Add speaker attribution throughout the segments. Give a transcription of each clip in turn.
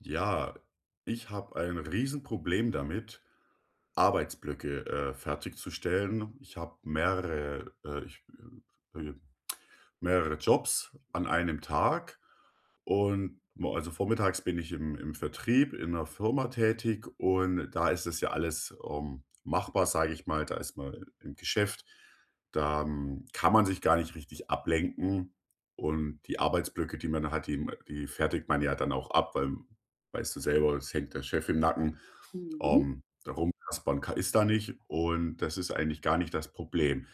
Speaker 1: Ja, ich habe ein Riesenproblem damit, Arbeitsblöcke, fertigzustellen. Ich habe äh, mehrere Jobs an einem Tag und mo also, vormittags bin ich im Vertrieb in einer Firma tätig und da ist es ja alles, machbar, sage ich mal. Da ist man im Geschäft, da, kann man sich gar nicht richtig ablenken und die Arbeitsblöcke, die man hat, die fertigt man ja dann auch ab, weil weißt du selber, es hängt der Chef im Nacken.
Speaker 2: Mhm.
Speaker 1: Da rumkaspern ka ist da nicht und das ist eigentlich gar nicht das Problem.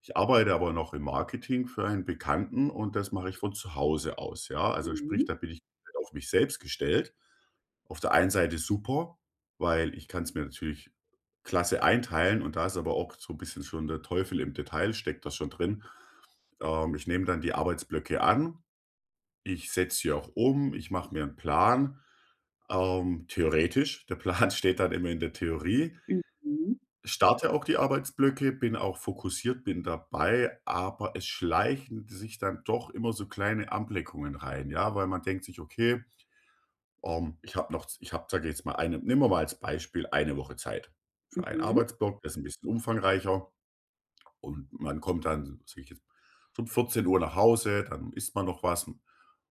Speaker 1: Ich arbeite aber noch im Marketing für einen Bekannten und das mache ich von zu Hause aus, ja. Also, sprich,
Speaker 2: Mhm.
Speaker 1: da bin ich komplett auf mich selbst gestellt. Auf der einen Seite super, weil ich kann es mir natürlich klasse einteilen und da ist aber auch so ein bisschen schon der Teufel im Detail, steckt das schon drin. Ich nehme dann die Arbeitsblöcke an, ich setze sie auch um, ich mache mir einen Plan, theoretisch. Der Plan steht dann immer in der Theorie,
Speaker 2: Mhm.
Speaker 1: starte auch die Arbeitsblöcke, bin auch fokussiert, bin dabei, aber es schleichen sich dann doch immer so kleine Ablenkungen rein, ja, weil man denkt sich: „Okay, ich habe, sage jetzt mal, eine“ nehmen wir mal als Beispiel eine Woche Zeit für einen
Speaker 2: Mhm.
Speaker 1: Arbeitsblock, der ist ein bisschen umfangreicher und man kommt dann, sage ich jetzt, um 14:00 nach Hause, dann isst man noch was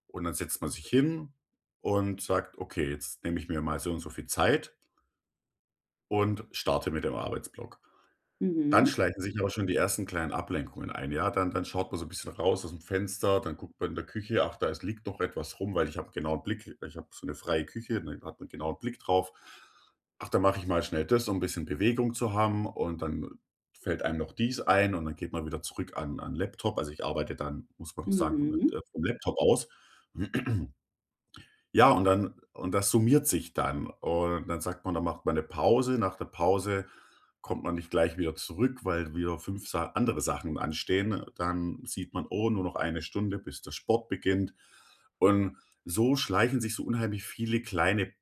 Speaker 1: und dann setzt man sich hin und sagt: „Okay, jetzt nehme ich mir mal so und so viel Zeit und starte mit dem Arbeitsblock.“ Dann
Speaker 2: Mhm.
Speaker 1: schleichen sich aber schon die ersten kleinen Ablenkungen ein, ja? Dann schaut man so ein bisschen raus aus dem Fenster, dann guckt man in der Küche, ach, da ist liegt noch etwas rum, weil ich habe genau einen genauen Blick, ich habe so eine freie Küche, dann hat man genau einen Blick drauf. Ach, da mache ich mal schnell das, um ein bisschen Bewegung zu haben und dann fällt einem noch dies ein und dann geht man wieder zurück an Laptop. Also, ich arbeite dann, muss man doch sagen, mit
Speaker 2: Mhm.
Speaker 1: vom Laptop aus. Ja, und das summiert sich dann. Und dann sagt man, dann macht man 'ne Pause. Nach der Pause kommt man nicht gleich wieder zurück, weil wieder 5 Sa andere Sachen anstehen. Dann sieht man: „Oh, nur noch eine Stunde, bis der Sport beginnt.“ Und so schleichen sich so unheimlich viele kleine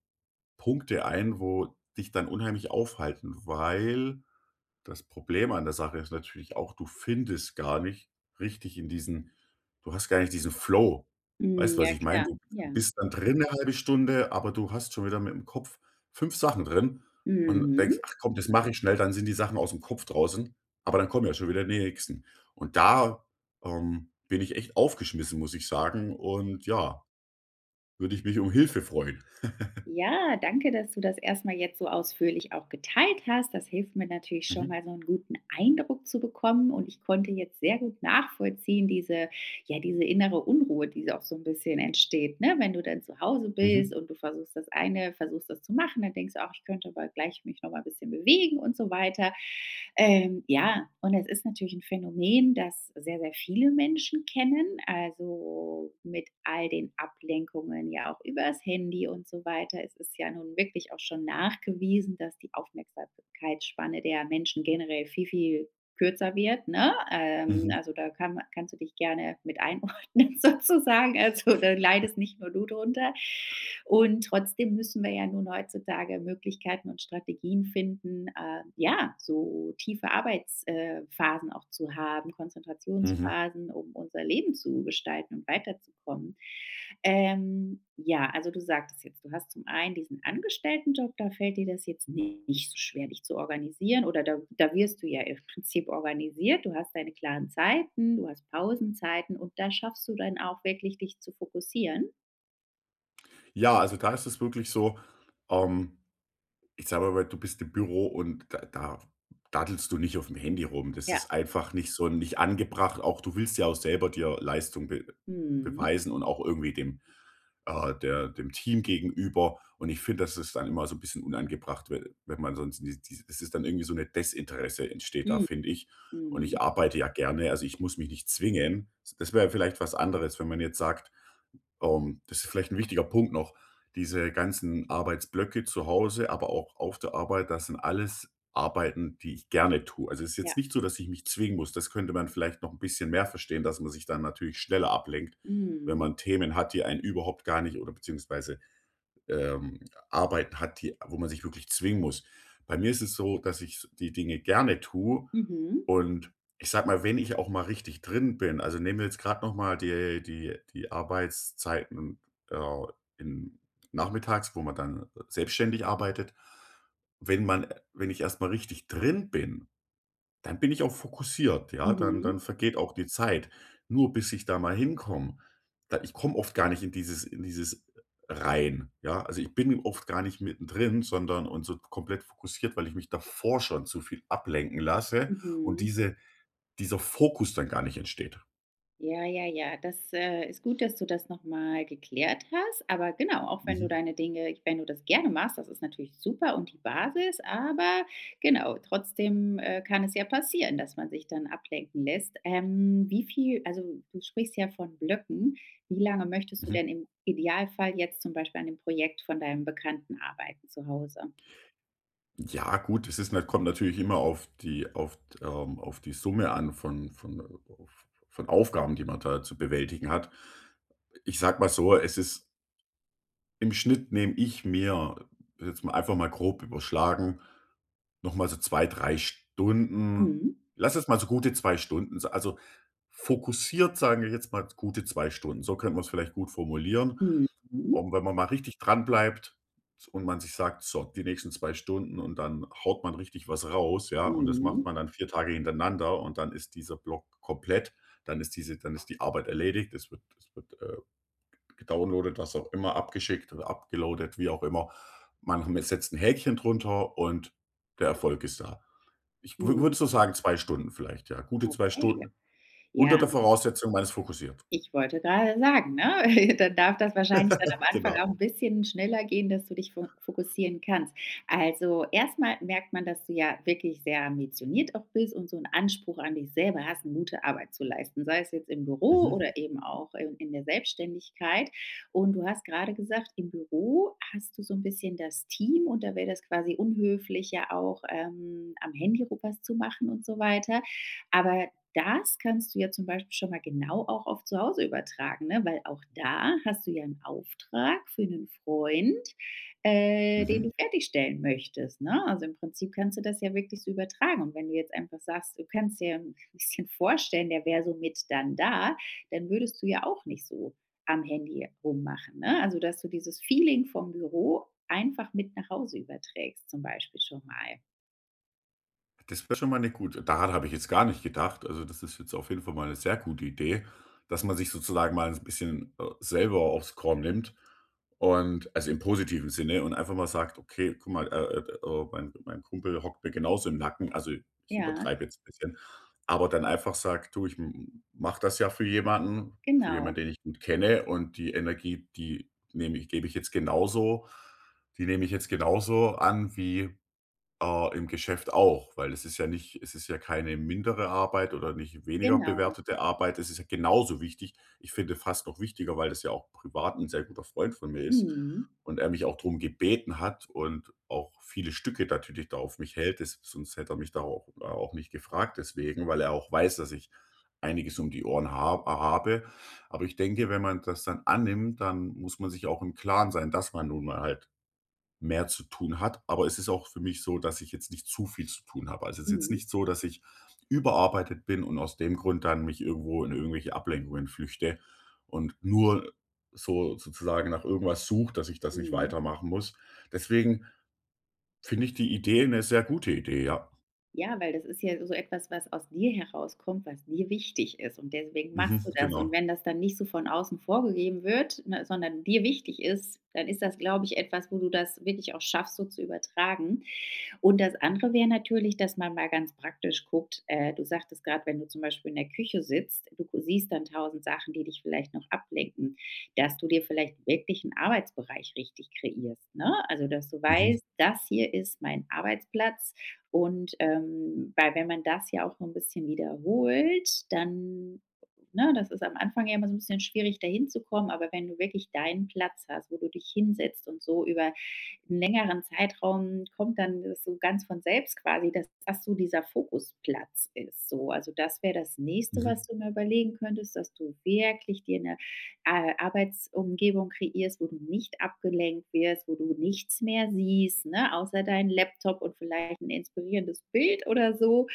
Speaker 1: Punkte ein, wo dich dann unheimlich aufhalten, weil das Problem an der Sache ist natürlich auch, du findest gar nicht richtig in diesen, du hast gar nicht diesen Flow.
Speaker 2: Hm,
Speaker 1: Weißt du, was
Speaker 2: ja
Speaker 1: ich meine?
Speaker 2: klar,
Speaker 1: Du
Speaker 2: ja.
Speaker 1: bist dann drin 'ne halbe Stunde, aber du hast schon wieder mit dem Kopf 5 Sachen drin und
Speaker 2: Mhm.
Speaker 1: denkst: „Ach komm, das mache ich schnell“, dann sind die Sachen aus'm Kopf draußen, aber dann kommen ja schon wieder die nächsten. Und da, bin ich echt aufgeschmissen, muss ich sagen und ja, würde ich mich um Hilfe freuen.
Speaker 2: Ja, danke, dass du das erstmal jetzt so ausführlich auch geteilt hast. Das hilft mir natürlich schon
Speaker 1: Mhm.
Speaker 2: mal, so einen guten Eindruck zu bekommen und ich konnte jetzt sehr gut nachvollziehen, diese innere Unruhe, die auch so ein bisschen entsteht, ne? Wenn du dann zu Hause bist
Speaker 1: Mhm.
Speaker 2: und du versuchst das zu machen, dann denkst du: auch ich könnte aber gleich mich noch mal ein bisschen bewegen" und so weiter. Ja, und es ist natürlich ein Phänomen, das sehr, sehr viele Menschen kennen, also, mit all den Ablenkungen, ja auch übers Handy und so weiter. Es ist ja nun wirklich auch schon nachgewiesen, dass die Aufmerksamkeitsspanne der Menschen generell viel, viel kürzer wird, ne? Ähm,
Speaker 1: Mhm.
Speaker 2: also, da kannst du dich gerne mit einordnen sozusagen. Also, da leidest nicht nur du drunter. Und trotzdem müssen wir ja nun heutzutage Möglichkeiten und Strategien finden, ja, so tiefe Arbeitsphasen auch zu haben,
Speaker 1: Mhm. Mhm.
Speaker 2: Konzentrationsphasen, um unser Leben zu gestalten und weiterzukommen kommen. Ja, also du sagtest jetzt, du hast zum einen diesen Angestelltenjob, da fällt dir das jetzt nicht so schwer, dich zu organisieren oder da wirst du ja im Prinzip organisiert. Du hast deine klaren Zeiten, du hast Pausenzeiten und da schaffst du dann auch wirklich, dich zu fokussieren.
Speaker 1: Ja, also da ist es wirklich so, ähm ich sage mal, du bist im Büro und da daddelst du nicht auf dem Handy rum. Das
Speaker 2: Ja.
Speaker 1: ist einfach nicht so, nicht angebracht. Auch du willst ja auch selber dir Leistung be
Speaker 2: Mhm.
Speaker 1: beweisen und auch irgendwie dem der dem Team gegenüber. Und ich finde, das ist dann immer so ein bisschen unangebracht, we wenn man sonst in die die es ist dann irgendwie so eine Desinteresse entsteht da,
Speaker 2: Mhm.
Speaker 1: finde ich. Und
Speaker 2: Mhm.
Speaker 1: ich arbeite ja gerne, also, ich muss mich nicht zwingen. Das wäre vielleicht was anderes, wenn man jetzt sagt das ist vielleicht ein wichtiger Punkt noch. Diese ganzen Arbeitsblöcke zu Hause, aber auch auf der Arbeit, das sind alles Arbeiten, die ich gerne tue. Also, es ist jetzt
Speaker 2: Ja.
Speaker 1: nicht so, dass ich mich zwingen muss. Das könnte man vielleicht noch ein bisschen mehr verstehen, dass man sich dann natürlich schneller ablenkt, wenn
Speaker 2: Mhm.
Speaker 1: man Themen hat, die einen überhaupt gar nicht oder beziehungsweise ähm, Arbeiten hat, die wo man sich wirklich zwingen muss. Bei mir ist es so, dass ich die Dinge gerne tue
Speaker 2: Mhm.
Speaker 1: und ich sage mal, wenn ich auch mal richtig drin bin, also, nehmen wir jetzt gerade noch mal die Arbeitszeiten, äh, in nachmittags, wo man dann selbstständig arbeitet. Wenn man wenn ich erst mal richtig drin bin, dann bin ich auch fokussiert, ja, dann
Speaker 2: Mhm.
Speaker 1: dann vergeht auch die Zeit. Nur bis ich da mal hinkomme, da ich komme oft gar nicht in dieses rein, ja? Also, ich bin oft gar nicht mittendrin, sondern und so komplett fokussiert, weil ich mich davor schon zu viel ablenken lasse
Speaker 2: Mhm.
Speaker 1: und
Speaker 2: Mhm.
Speaker 1: diese, dieser Fokus dann gar nicht entsteht.
Speaker 2: Ja, ja, ja. Das, ist gut, dass du das noch mal geklärt hast. Aber genau, auch wenn du
Speaker 1: Mhm,
Speaker 2: deine Dinge wenn du das gerne machst, das ist natürlich super und die Basis, aber genau, trotzdem, kann es ja passieren, dass man sich dann ablenken lässt. Wie viel also, du sprichst ja von Blöcken. Wie lange möchtest du
Speaker 1: mhm.
Speaker 2: denn im Idealfall jetzt zum Beispiel an dem Projekt von deinem Bekannten arbeiten zu Hause?
Speaker 1: Ja, gut, es ist nat kommt natürlich immer auf die auf die Summe an, von Aufgaben, die man da zu bewältigen hat. Ich sage mal so, es ist im Schnitt nehme ich mir, jetzt mal einfach mal grob überschlagen, noch mal so 2 3 Stunden.
Speaker 2: Mhm.
Speaker 1: Lass es mal so gute 2 Stunden, s also fokussiert, sagen wir jetzt mal, gute 2 Stunden. So könnte man es vielleicht gut formulieren.
Speaker 2: Mhm.
Speaker 1: Und wenn man mal richtig dran bleibt und man sich sagt: „So, die nächsten 2 Stunden“ und dann haut man richtig was raus, ja, und das macht
Speaker 2: Mhm.
Speaker 1: man dann 4 Tage hintereinander und dann ist dieser Block komplett. Dann ist diese, dann ist die Arbeit erledigt. Es wird, es wird, gedownloadet, was auch immer, abgeschickt oder abgeloadet, wie auch immer. Man setzt ein Häkchen drunter und der Erfolg ist da. Ich
Speaker 2: Mhm.
Speaker 1: würde so sagen, 2 Stunden vielleicht, ja. Gute 2
Speaker 2: Okay.
Speaker 1: Stunden unter
Speaker 2: Ja.
Speaker 1: der Voraussetzung, man ist fokussiert.
Speaker 2: Ich wollte gerade sagen, ne, dann darf das wahrscheinlich dann am Anfang
Speaker 1: Genau.
Speaker 2: auch ein bisschen schneller gehen, dass du dich fo fokussieren kannst. Also, erstmal merkt man, dass du ja wirklich sehr ambitioniert auch bist und so 'n Anspruch an dich selber hast, 'ne gute Arbeit zu leisten, sei es jetzt im Büro
Speaker 1: Mhm,
Speaker 2: oder eben auch in der Selbstständigkeit. Und du hast gerade gesagt, im Büro hast du so ein bisschen das Team und da wäre das quasi unhöflich, ja auch, am Handy rum was zu machen und so weiter. Aber das kannst du ja zum Beispiel schon mal genau auch auf zu Hause übertragen, ne? Weil auch da hast du ja einen Auftrag für einen Freund, den du
Speaker 1: mhm.
Speaker 2: fertigstellen möchtest, ne? Also, im Prinzip kannst du das ja wirklich so übertragen. Und wenn du jetzt einfach sagst, du kannst dir ein bisschen vorstellen, der wäre so mit dann da, dann würdest du ja auch nicht so am Handy rummachen, ne? Also, dass du dieses Feeling vom Büro einfach mit nach Hause überträgst zum Beispiel schon mal.
Speaker 1: Das wäre schon mal 'ne gute, daran habe ich jetzt gar nicht gedacht. Also, das ist jetzt auf jeden Fall mal eine sehr gute Idee, dass man sich sozusagen mal ein bisschen, selber aufs Korn nimmt und also, im positiven Sinne und einfach mal sagt: „Okay, guck mal, oh, mein Kumpel hockt mir genauso im Nacken.“ Also, ich
Speaker 2: Ja,
Speaker 1: übertreibe jetzt ein bisschen, aber dann einfach sagt: „Du, ich mache das ja für jemanden für
Speaker 2: genau,
Speaker 1: jemanden, den ich gut kenne und die Energie, die nehme ich gebe ich jetzt genauso, die nehme ich jetzt genauso an wie im Geschäft auch, weil es ist ja nicht, es ist ja keine mindere Arbeit oder nicht weniger
Speaker 2: genau.
Speaker 1: bewertete Arbeit. Es ist ja genauso wichtig. Ich finde fast noch wichtiger, weil das ja auch privat ein sehr guter Freund von mir ist
Speaker 2: Mhm,
Speaker 1: und er mich auch darum gebeten hat und auch viele Stücke natürlich da auf mich hält. Das, sonst hätte er mich da auch, auch nicht gefragt deswegen, weil er auch weiß, dass ich einiges um die Ohren habe. Aber ich denke, wenn man das dann annimmt, dann muss man sich auch im Klaren sein, dass man nun mal halt mehr zu tun hat. Aber es ist auch für mich so, dass ich jetzt nicht zu viel zu tun habe. Also, es ist jetzt
Speaker 2: mhm.
Speaker 1: nicht so, dass ich überarbeitet bin und aus dem Grund dann mich irgendwo in irgendwelche Ablenkungen flüchte und nur so sozusagen nach irgendwas suche, dass ich das nicht
Speaker 2: Mhm.
Speaker 1: weitermachen muss. Deswegen finde ich die Idee eine sehr gute Idee, ja.
Speaker 2: Ja, weil das ist ja so etwas, was aus dir herauskommt, was dir wichtig ist und deswegen
Speaker 1: Mhm,
Speaker 2: machst du das und
Speaker 1: genau.
Speaker 2: wenn das dann nicht so von außen vorgegeben wird, ne, sondern dir wichtig ist, dann ist das, glaube ich, etwas, wo du das wirklich auch schaffst, so zu übertragen. Und das andere wäre natürlich, dass man mal ganz praktisch guckt. Du sagtest gerade, wenn du zum Beispiel in der Küche sitzt, du siehst dann tausend Sachen, die dich vielleicht noch ablenken, dass du dir vielleicht wirklich einen Arbeitsbereich richtig kreierst. Ne? Also, dass du
Speaker 1: Mhm,
Speaker 2: weißt, das hier ist mein Arbeitsplatz. Und weil wenn man das ja auch so ein bisschen wiederholt, dann ne, das ist am Anfang ja immer so ein bisschen schwierig, dahin zu kommen, aber wenn du wirklich deinen Platz hast, wo du dich hinsetzt und so über einen längeren Zeitraum kommt dann das so ganz von selbst quasi, dass das so dieser Fokusplatz ist, so. Also, das wäre das Nächste, was
Speaker 1: mhm,
Speaker 2: du mir überlegen könntest, dass du wirklich dir eine Arbeitsumgebung kreierst, wo du nicht abgelenkt wirst, wo du nichts mehr siehst, ne, außer deinen Laptop und vielleicht ein inspirierendes Bild oder so.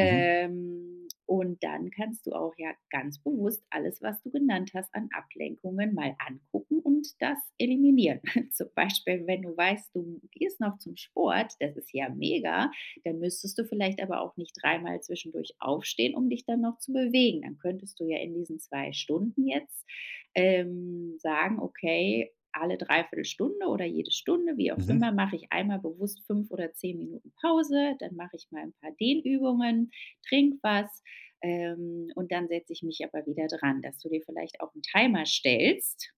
Speaker 1: mhm,
Speaker 2: und dann kannst du auch ja ganz bewusst alles, was du genannt hast an Ablenkungen, mal angucken und das eliminieren. Zum Beispiel, wenn du weißt, du gehst noch zum Sport, das ist ja mega, dann müsstest du vielleicht aber auch nicht dreimal zwischendurch aufstehen, um dich dann noch zu bewegen. Dann könntest du ja in diesen 2 Stunden jetzt, sagen: „Okay, alle Dreiviertelstunde oder jede Stunde, wie auch
Speaker 1: mhm, mhm,
Speaker 2: immer, mache ich einmal bewusst 5 oder 10 Minuten Pause, dann mache ich mal ein paar Dehnübungen, trink was, und dann setze ich mich aber wieder dran." Dass du dir vielleicht auch einen Timer stellst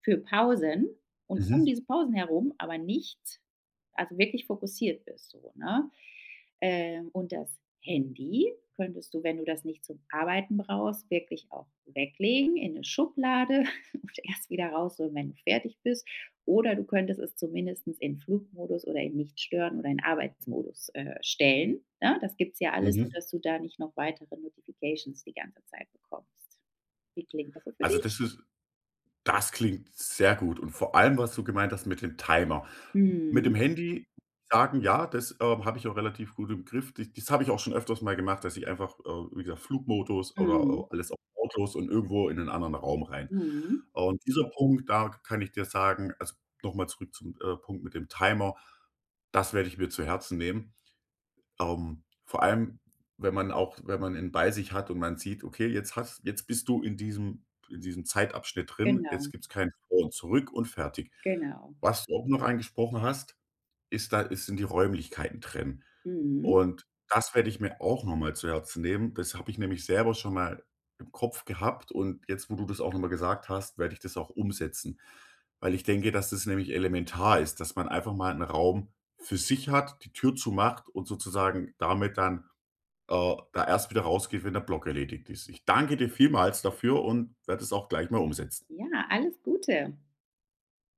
Speaker 2: für Pausen und um
Speaker 1: mhm.
Speaker 2: diese Pausen herum, aber nicht also wirklich fokussiert bist so, ne? Und das Handy könntest du, wenn du das nicht zum Arbeiten brauchst, wirklich auch weglegen in eine Schublade und erst wieder rausholen, wenn du fertig bist. Oder du könntest es zumindestens in Flugmodus oder in Nicht-Stören oder in Arbeitsmodus, stellen, ne? Das gibt's ja alles,
Speaker 1: Mhm.
Speaker 2: sodass du da nicht noch weitere Notifications die ganze Zeit bekommst. Wie klingt das so für
Speaker 1: Also,
Speaker 2: dich?
Speaker 1: das ist, das klingt sehr gut und vor allem, was du gemeint hast mit dem Timer. Mit
Speaker 2: Mhm,
Speaker 1: dem Handy sagen, ja, das, habe ich auch relativ gut im Griff. D das habe ich auch schon öfters mal gemacht, dass ich einfach, wie gesagt, Flugmodus oder,
Speaker 2: mhm.
Speaker 1: alles auf Autos und irgendwo in 'nen anderen Raum rein.
Speaker 2: Mhm.
Speaker 1: Und dieser Punkt, da kann ich dir sagen, also, nochmal zurück zum, Punkt mit dem Timer, das werde ich mir zu Herzen nehmen. Vor allem, wenn man auch, wenn man ihn bei sich hat und man sieht: „Okay, jetzt hast, jetzt bist du in diesem Zeitabschnitt drin. Jetzt
Speaker 2: Genau,
Speaker 1: gibt's kein Vor und Zurück und fertig.“
Speaker 2: genau.
Speaker 1: Was du auch noch angesprochen hast, ist da, ist sind die Räumlichkeiten trennen.
Speaker 2: Mhm.
Speaker 1: Und das werde ich mir auch noch mal zu Herzen nehmen. Das habe ich nämlich selber schon mal im Kopf gehabt und jetzt, wo du das auch noch mal gesagt hast, werde ich das auch umsetzen. Weil ich denke, dass das nämlich elementar ist, dass man einfach mal 'n Raum für sich hat, die Tür zumacht und sozusagen damit dann, da erst wieder rausgeht, wenn der Block erledigt ist. Ich danke dir vielmals dafür und werde es auch gleich mal umsetzen.
Speaker 2: Ja, alles Gute.